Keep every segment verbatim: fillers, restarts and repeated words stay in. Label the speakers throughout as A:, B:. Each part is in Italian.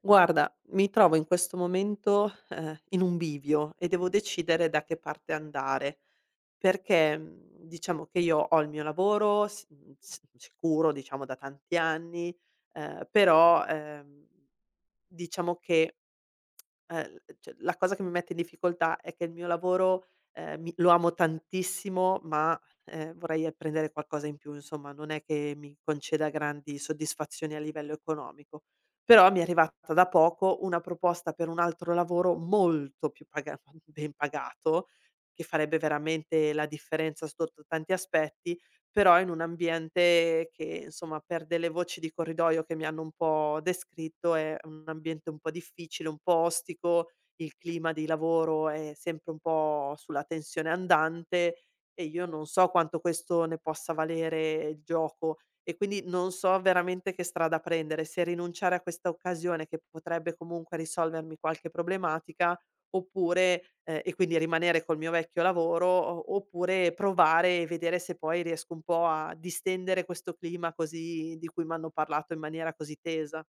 A: Guarda, mi trovo in questo momento, ehm, in un bivio e devo decidere da che parte andare, perché, mhmm, diciamo che io ho il mio lavoro s mhmm, s sicuro diciamo da tanti anni, ehm, però, ehm, diciamo che Ehm, l cioè la cosa che mi mette in difficoltà è che il mio lavoro, ehm, mi lo amo tantissimo, ma, ehm, vorrei apprendere qualcosa in più, insomma, non è che mi conceda grandi soddisfazioni a livello economico. Però mi è arrivata da poco una proposta per un altro lavoro molto più paga ben pagato, che farebbe veramente la differenza sotto tanti aspetti però in un ambiente che insomma per delle voci di corridoio che mi hanno un po' descritto è un ambiente un po' difficile, un po' ostico, il clima di lavoro è sempre un po' sulla tensione andante e io non so quanto questo ne possa valere il gioco e quindi non so veramente che strada prendere, se rinunciare a questa occasione che potrebbe comunque risolvermi qualche problematica oppure ehm, e quindi rimanere col mio vecchio lavoro, o oppure provare e vedere se poi riesco un po' a distendere questo clima così di cui m'hanno parlato in maniera così tesa.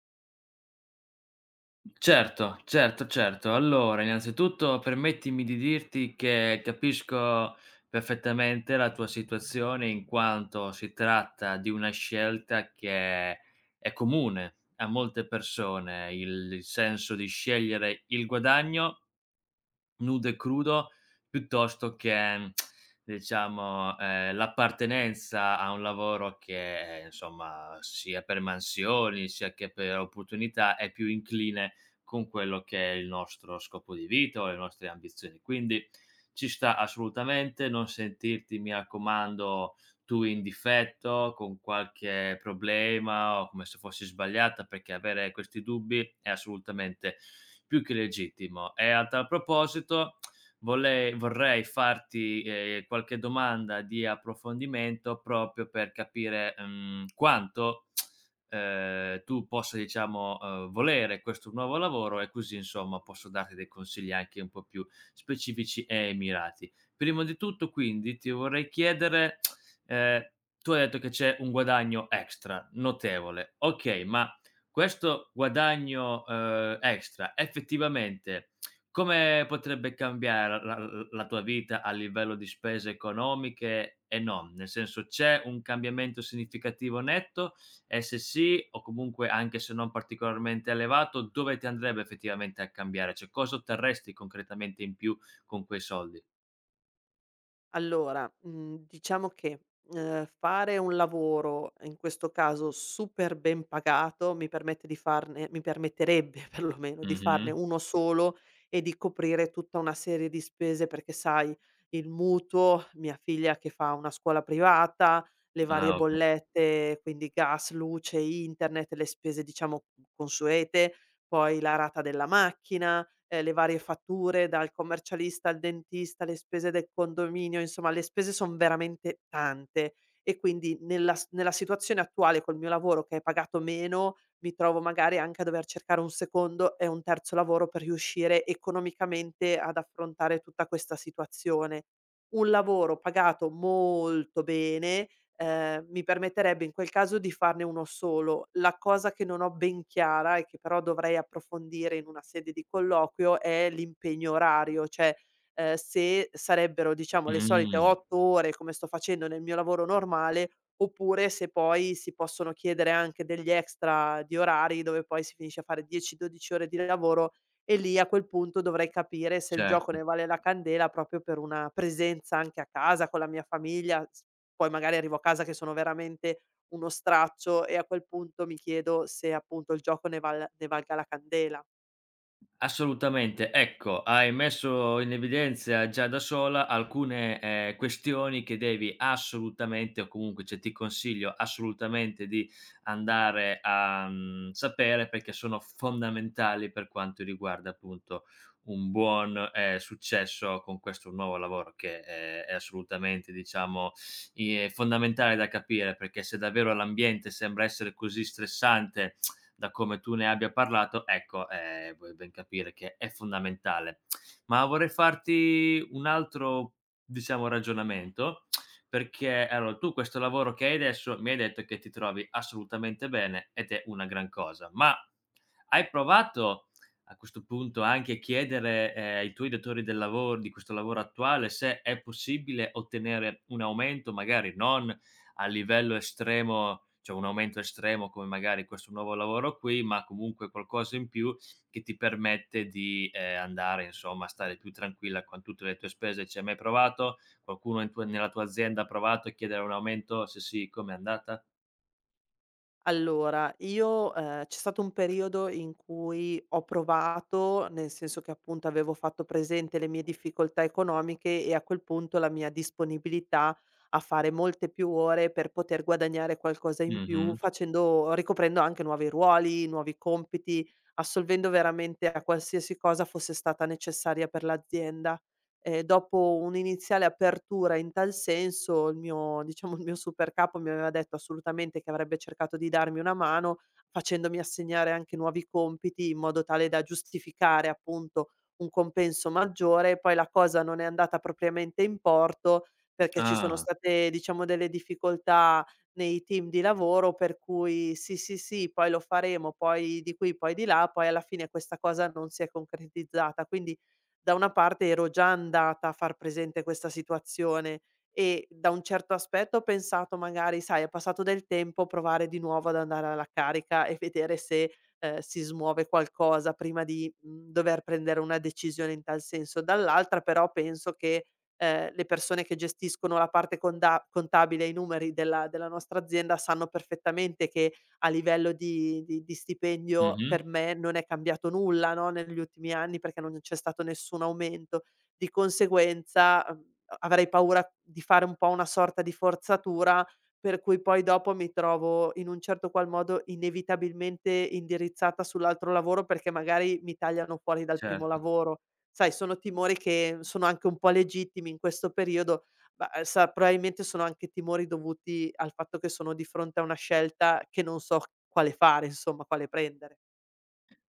B: Certo, certo, certo. Allora, innanzitutto permettimi di dirti che capisco perfettamente la tua situazione in quanto si tratta di una scelta che è comune a molte persone, il senso di scegliere il guadagno nudo e crudo, piuttosto che diciamo, ehm, l'appartenenza a un lavoro che, ehm, insomma, sia per mansioni, sia che per opportunità, è più incline con quello che è il nostro scopo di vita o le nostre ambizioni. Quindi ci sta assolutamente, non sentirti, mi raccomando, tu in difetto, con qualche problema o come se fossi sbagliata, perché avere questi dubbi è assolutamente più che legittimo. E a tal proposito volei vorrei farti, ehm, qualche domanda di approfondimento proprio per capire, mhmm, quanto, ehm, tu possa diciamo, uhm, volere questo nuovo lavoro e così insomma posso darti dei consigli anche un po' più specifici e mirati. Prima di tutto quindi ti vorrei chiedere. Ehm, Tu hai detto che c'è un guadagno extra notevole. Okay, ma questo guadagno, ehm, extra effettivamente come potrebbe cambiare la la la tua vita a livello di spese economiche e non? Nel senso, c'è un cambiamento significativo netto e se sì, o comunque anche se non particolarmente elevato, dove ti andrebbe effettivamente a cambiare? Cioè, cosa otterresti concretamente in più con quei soldi?
A: Allora, mhmm, diciamo che, ehm, fare un lavoro, in questo caso super ben pagato, mi permette di farne mi permetterebbe perlomeno di
B: Mh-mh.
A: farne uno solo e di coprire tutta una serie di spese perché sai il mutuo, mia figlia che fa una scuola privata, le varie
B: Ah, okay.
A: bollette, quindi gas, luce, internet, le spese diciamo consuete, poi la rata della macchina, ehm, le varie fatture, dal commercialista al dentista, le spese del condominio, insomma le spese son veramente tante e quindi nella s nella situazione attuale col mio lavoro che è pagato meno, mi trovo magari anche a dover cercare un secondo e un terzo lavoro per riuscire economicamente ad affrontare tutta questa situazione. Un lavoro pagato molto bene, ehm, mi permetterebbe in quel caso di farne uno solo. La cosa che non ho ben chiara e che però dovrei approfondire in una sede di colloquio è l'impegno orario, cioè, ehm, se sarebbero diciamo le solite
B: Mh,
A: otto ore, come sto facendo nel mio lavoro normale, oppure se poi si possono chiedere anche degli extra di orari dove poi si finisce a fare dieci, dodici ore di lavoro e lì a quel punto dovrei capire se il gioco ne
B: certo.
A: vale la candela proprio per una presenza anche a casa con la mia famiglia s poi magari arrivo a casa che sono veramente uno straccio e a quel punto mi chiedo se appunto il gioco ne val ne valga la candela.
B: Assolutamente. Ecco, hai messo in evidenza già da sola alcune, ehm, questioni che devi assolutamente o comunque, cioè, ti consiglio assolutamente di andare a, mhmm, sapere perché sono fondamentali per quanto riguarda, appunto, un buon, ehm, successo con questo nuovo lavoro che è è assolutamente, diciamo, i è fondamentale da capire, perché se davvero l'ambiente sembra essere così stressante da come tu ne abbia parlato, ecco, eh, puoi ben capire che è fondamentale. Ma vorrei farti un altro, diciamo, ragionamento, perché allora, tu questo lavoro che hai adesso mi hai detto che ti trovi assolutamente bene ed è una gran cosa, ma hai provato a questo punto anche a chiedere eh, ai tuoi datori del lavoro, di questo lavoro attuale, se è possibile ottenere un aumento, magari non a livello estremo, cioè un aumento estremo come magari questo nuovo lavoro qui, ma comunque qualcosa in più che ti permette di, ehm, andare insomma, a stare più tranquilla con tutte le tue spese. Ci hai mai provato? Qualcuno in tua Nella tua azienda ha provato a chiedere un aumento? Se sì, com'è andata?
A: Allora, io ehm, c'è stato un periodo in cui ho provato, nel senso che appunto avevo fatto presente le mie difficoltà economiche e a quel punto la mia disponibilità a fare molte più ore per poter guadagnare qualcosa in più
B: Mh-mh.
A: facendo ricoprendo anche nuovi ruoli, nuovi compiti, assolvendo veramente a qualsiasi cosa fosse stata necessaria per l'azienda. Ehm, dopo un'iniziale apertura in tal senso, il mio diciamo, il mio super capo mi aveva detto assolutamente che avrebbe cercato di darmi una mano, facendomi assegnare anche nuovi compiti in modo tale da giustificare, appunto, un compenso maggiore. Poi la cosa non è andata propriamente in porto, perché ci sono
B: Ah.
A: state, diciamo, delle difficoltà nei team di lavoro, per cui: "Sì, sì, sì, poi lo faremo, poi di qui, poi di là", poi alla fine questa cosa non si è concretizzata. Quindi da una parte ero già andata a far presente questa situazione e da un certo aspetto ho pensato magari, sai, è passato del tempo, provare di nuovo ad andare alla carica e vedere se, ehm, si smuove qualcosa prima di, mhmm, dover prendere una decisione in tal senso. Dall'altra però penso che, ehm, le persone che gestiscono la parte conda contabile e i numeri della della nostra azienda sanno perfettamente che a livello di di di stipendio
B: Mh-mh.
A: per me non è cambiato nulla, no, negli ultimi anni perché non c'è stato nessun aumento. Di conseguenza, uhm, avrei paura di fare un po' una sorta di forzatura, per cui poi dopo mi trovo in un certo qual modo inevitabilmente indirizzata sull'altro lavoro perché magari mi tagliano fuori dal primo
B: Certo.
A: lavoro. Sai, sono timori che sono anche un po' legittimi in questo periodo, ma, ehm, sa probabilmente sono anche timori dovuti al fatto che sono di fronte a una scelta che non so quale fare, insomma, quale prendere.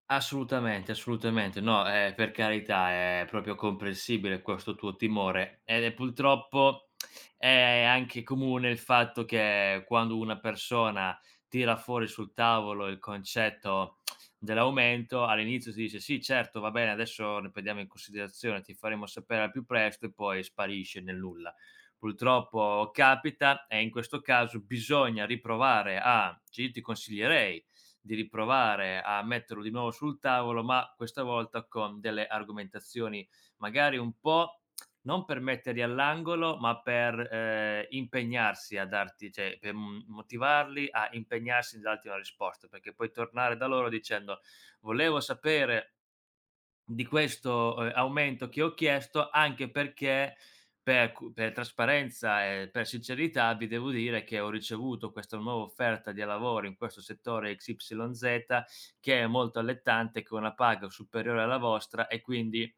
B: Assolutamente, assolutamente. No, ehm, per carità, è proprio comprensibile questo tuo timore ed è purtroppo è anche comune il fatto che quando una persona tira fuori sul tavolo il concetto dell'aumento, all'inizio si dice: "Sì, certo, va bene, adesso ne prendiamo in considerazione, ti faremo sapere al più presto", e poi sparisce nel nulla. Purtroppo capita e in questo caso bisogna riprovare a ci ti consiglierei di riprovare a metterlo di nuovo sul tavolo, ma questa volta con delle argomentazioni magari un po' non per metterli all'angolo, ma per, ehm, impegnarsi a darti, cioè per, mhmm, motivarli a impegnarsi nel darti una risposta, perché puoi tornare da loro dicendo: "Volevo sapere di questo, ehm, aumento che ho chiesto, anche perché per cu per trasparenza e per sincerità vi devo dire che ho ricevuto questa nuova offerta di lavoro in questo settore X Y Z che è molto allettante, con una paga superiore alla vostra e quindi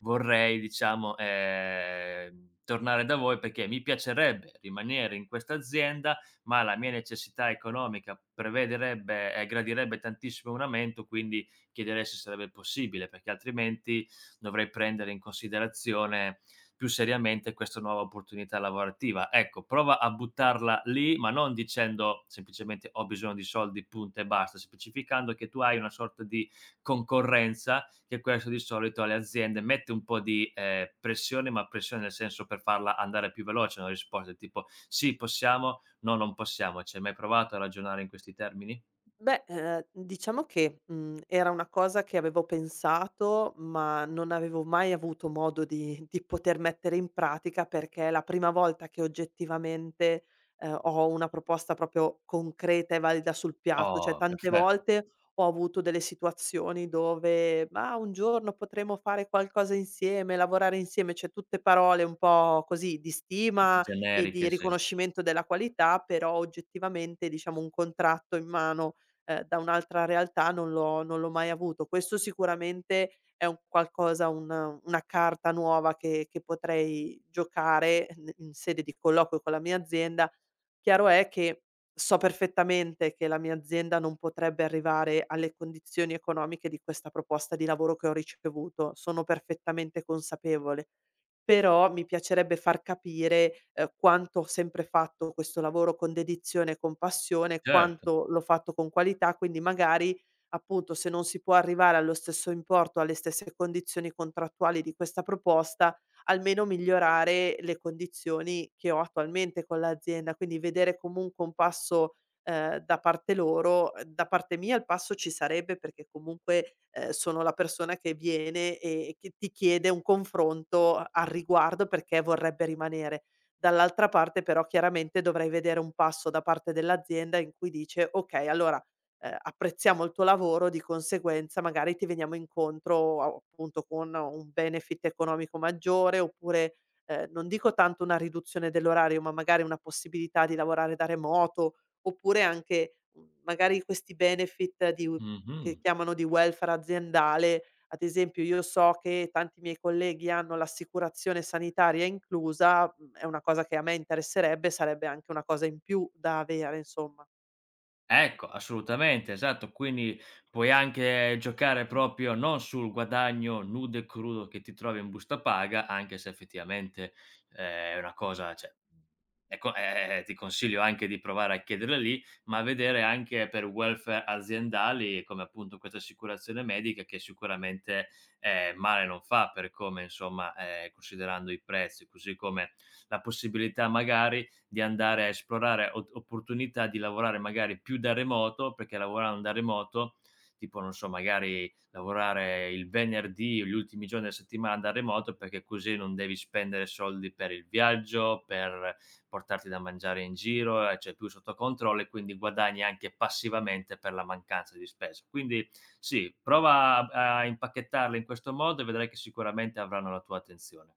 B: vorrei diciamo, ehm, tornare da voi perché mi piacerebbe rimanere in questa azienda, ma la mia necessità economica prevederebbe e gradirebbe tantissimo un aumento, quindi chiederei se sarebbe possibile, perché altrimenti dovrei prendere in considerazione più seriamente questa nuova opportunità lavorativa". Ecco, prova a buttarla lì, ma non dicendo semplicemente ho bisogno di soldi, punto e basta, specificando che tu hai una sorta di concorrenza, che questo di solito alle aziende mette un po' di eh, pressione, ma pressione nel senso per farla andare più veloce, una risposta tipo sì, possiamo, no, non possiamo. Ci hai mai provato a ragionare in questi termini?
A: Beh, ehm, diciamo che, mhmm, era una cosa che avevo pensato, ma non avevo mai avuto modo di di poter mettere in pratica, perché è la prima volta che oggettivamente, ehm, ho una proposta proprio concreta e valida sul piatto. Cioè,
B: Oh,
A: tante
B: perfetto.
A: volte ho avuto delle situazioni dove: "Ma un giorno potremmo fare qualcosa insieme, lavorare insieme", cioè tutte parole un po' così di stima e di
B: Generiche, sì.
A: riconoscimento della qualità, però oggettivamente, diciamo, un contratto in mano ehm, da un'altra realtà non l'ho non l'ho mai avuto. Questo sicuramente è un qualcosa un una carta nuova che che potrei giocare n in sede di colloquio con la mia azienda. Chiaro è che so perfettamente che la mia azienda non potrebbe arrivare alle condizioni economiche di questa proposta di lavoro che ho ricevuto, sono perfettamente consapevole. Però mi piacerebbe far capire, ehm, quanto ho sempre fatto questo lavoro con dedizione e con passione,
B: Certo,
A: quanto l'ho fatto con qualità, quindi magari, appunto, se non si può arrivare allo stesso importo, alle stesse condizioni contrattuali di questa proposta, almeno migliorare le condizioni che ho attualmente con l'azienda. Quindi vedere comunque un passo ehm, da parte loro. Da parte mia il passo ci sarebbe perché comunque, ehm, sono la persona che viene e che ti chiede un confronto al riguardo perché vorrebbe rimanere. Dall'altra parte però chiaramente dovrei vedere un passo da parte dell'azienda in cui dice: "Okay, allora, ehm, apprezziamo il tuo lavoro, di conseguenza magari ti veniamo incontro a appunto con un benefit economico maggiore oppure, ehm, non dico tanto una riduzione dell'orario, ma magari una possibilità di lavorare da remoto oppure anche, mhmm, magari questi benefit di u
B: mh-mh.
A: che chiamano di welfare aziendale. Ad esempio, io so che tanti miei colleghi hanno l'assicurazione sanitaria inclusa, mhmm, è una cosa che a me interesserebbe, sarebbe anche una cosa in più da avere, insomma.
B: Ecco, assolutamente, esatto. Quindi puoi anche giocare proprio non sul guadagno nudo e crudo che ti trovi in busta paga, anche se effettivamente eh, è una cosa cioè, è co ehm, ti consiglio anche di provare a chiederla lì, ma vedere anche per welfare aziendali, come appunto questa assicurazione medica che sicuramente, ehm, male non fa per come insomma, ehm, considerando i prezzi, così come la possibilità magari di andare a esplorare o opportunità di lavorare magari più da remoto, perché lavorando da remoto, tipo non so, magari lavorare il venerdì o gli ultimi giorni della settimana da remoto, perché così non devi spendere soldi per il viaggio, per portarti da mangiare in giro, ehm, c'è più sotto controllo e quindi guadagni anche passivamente per la mancanza di spesa. Quindi sì, prova a a impacchettarle in questo modo e vedrai che sicuramente avranno la tua attenzione.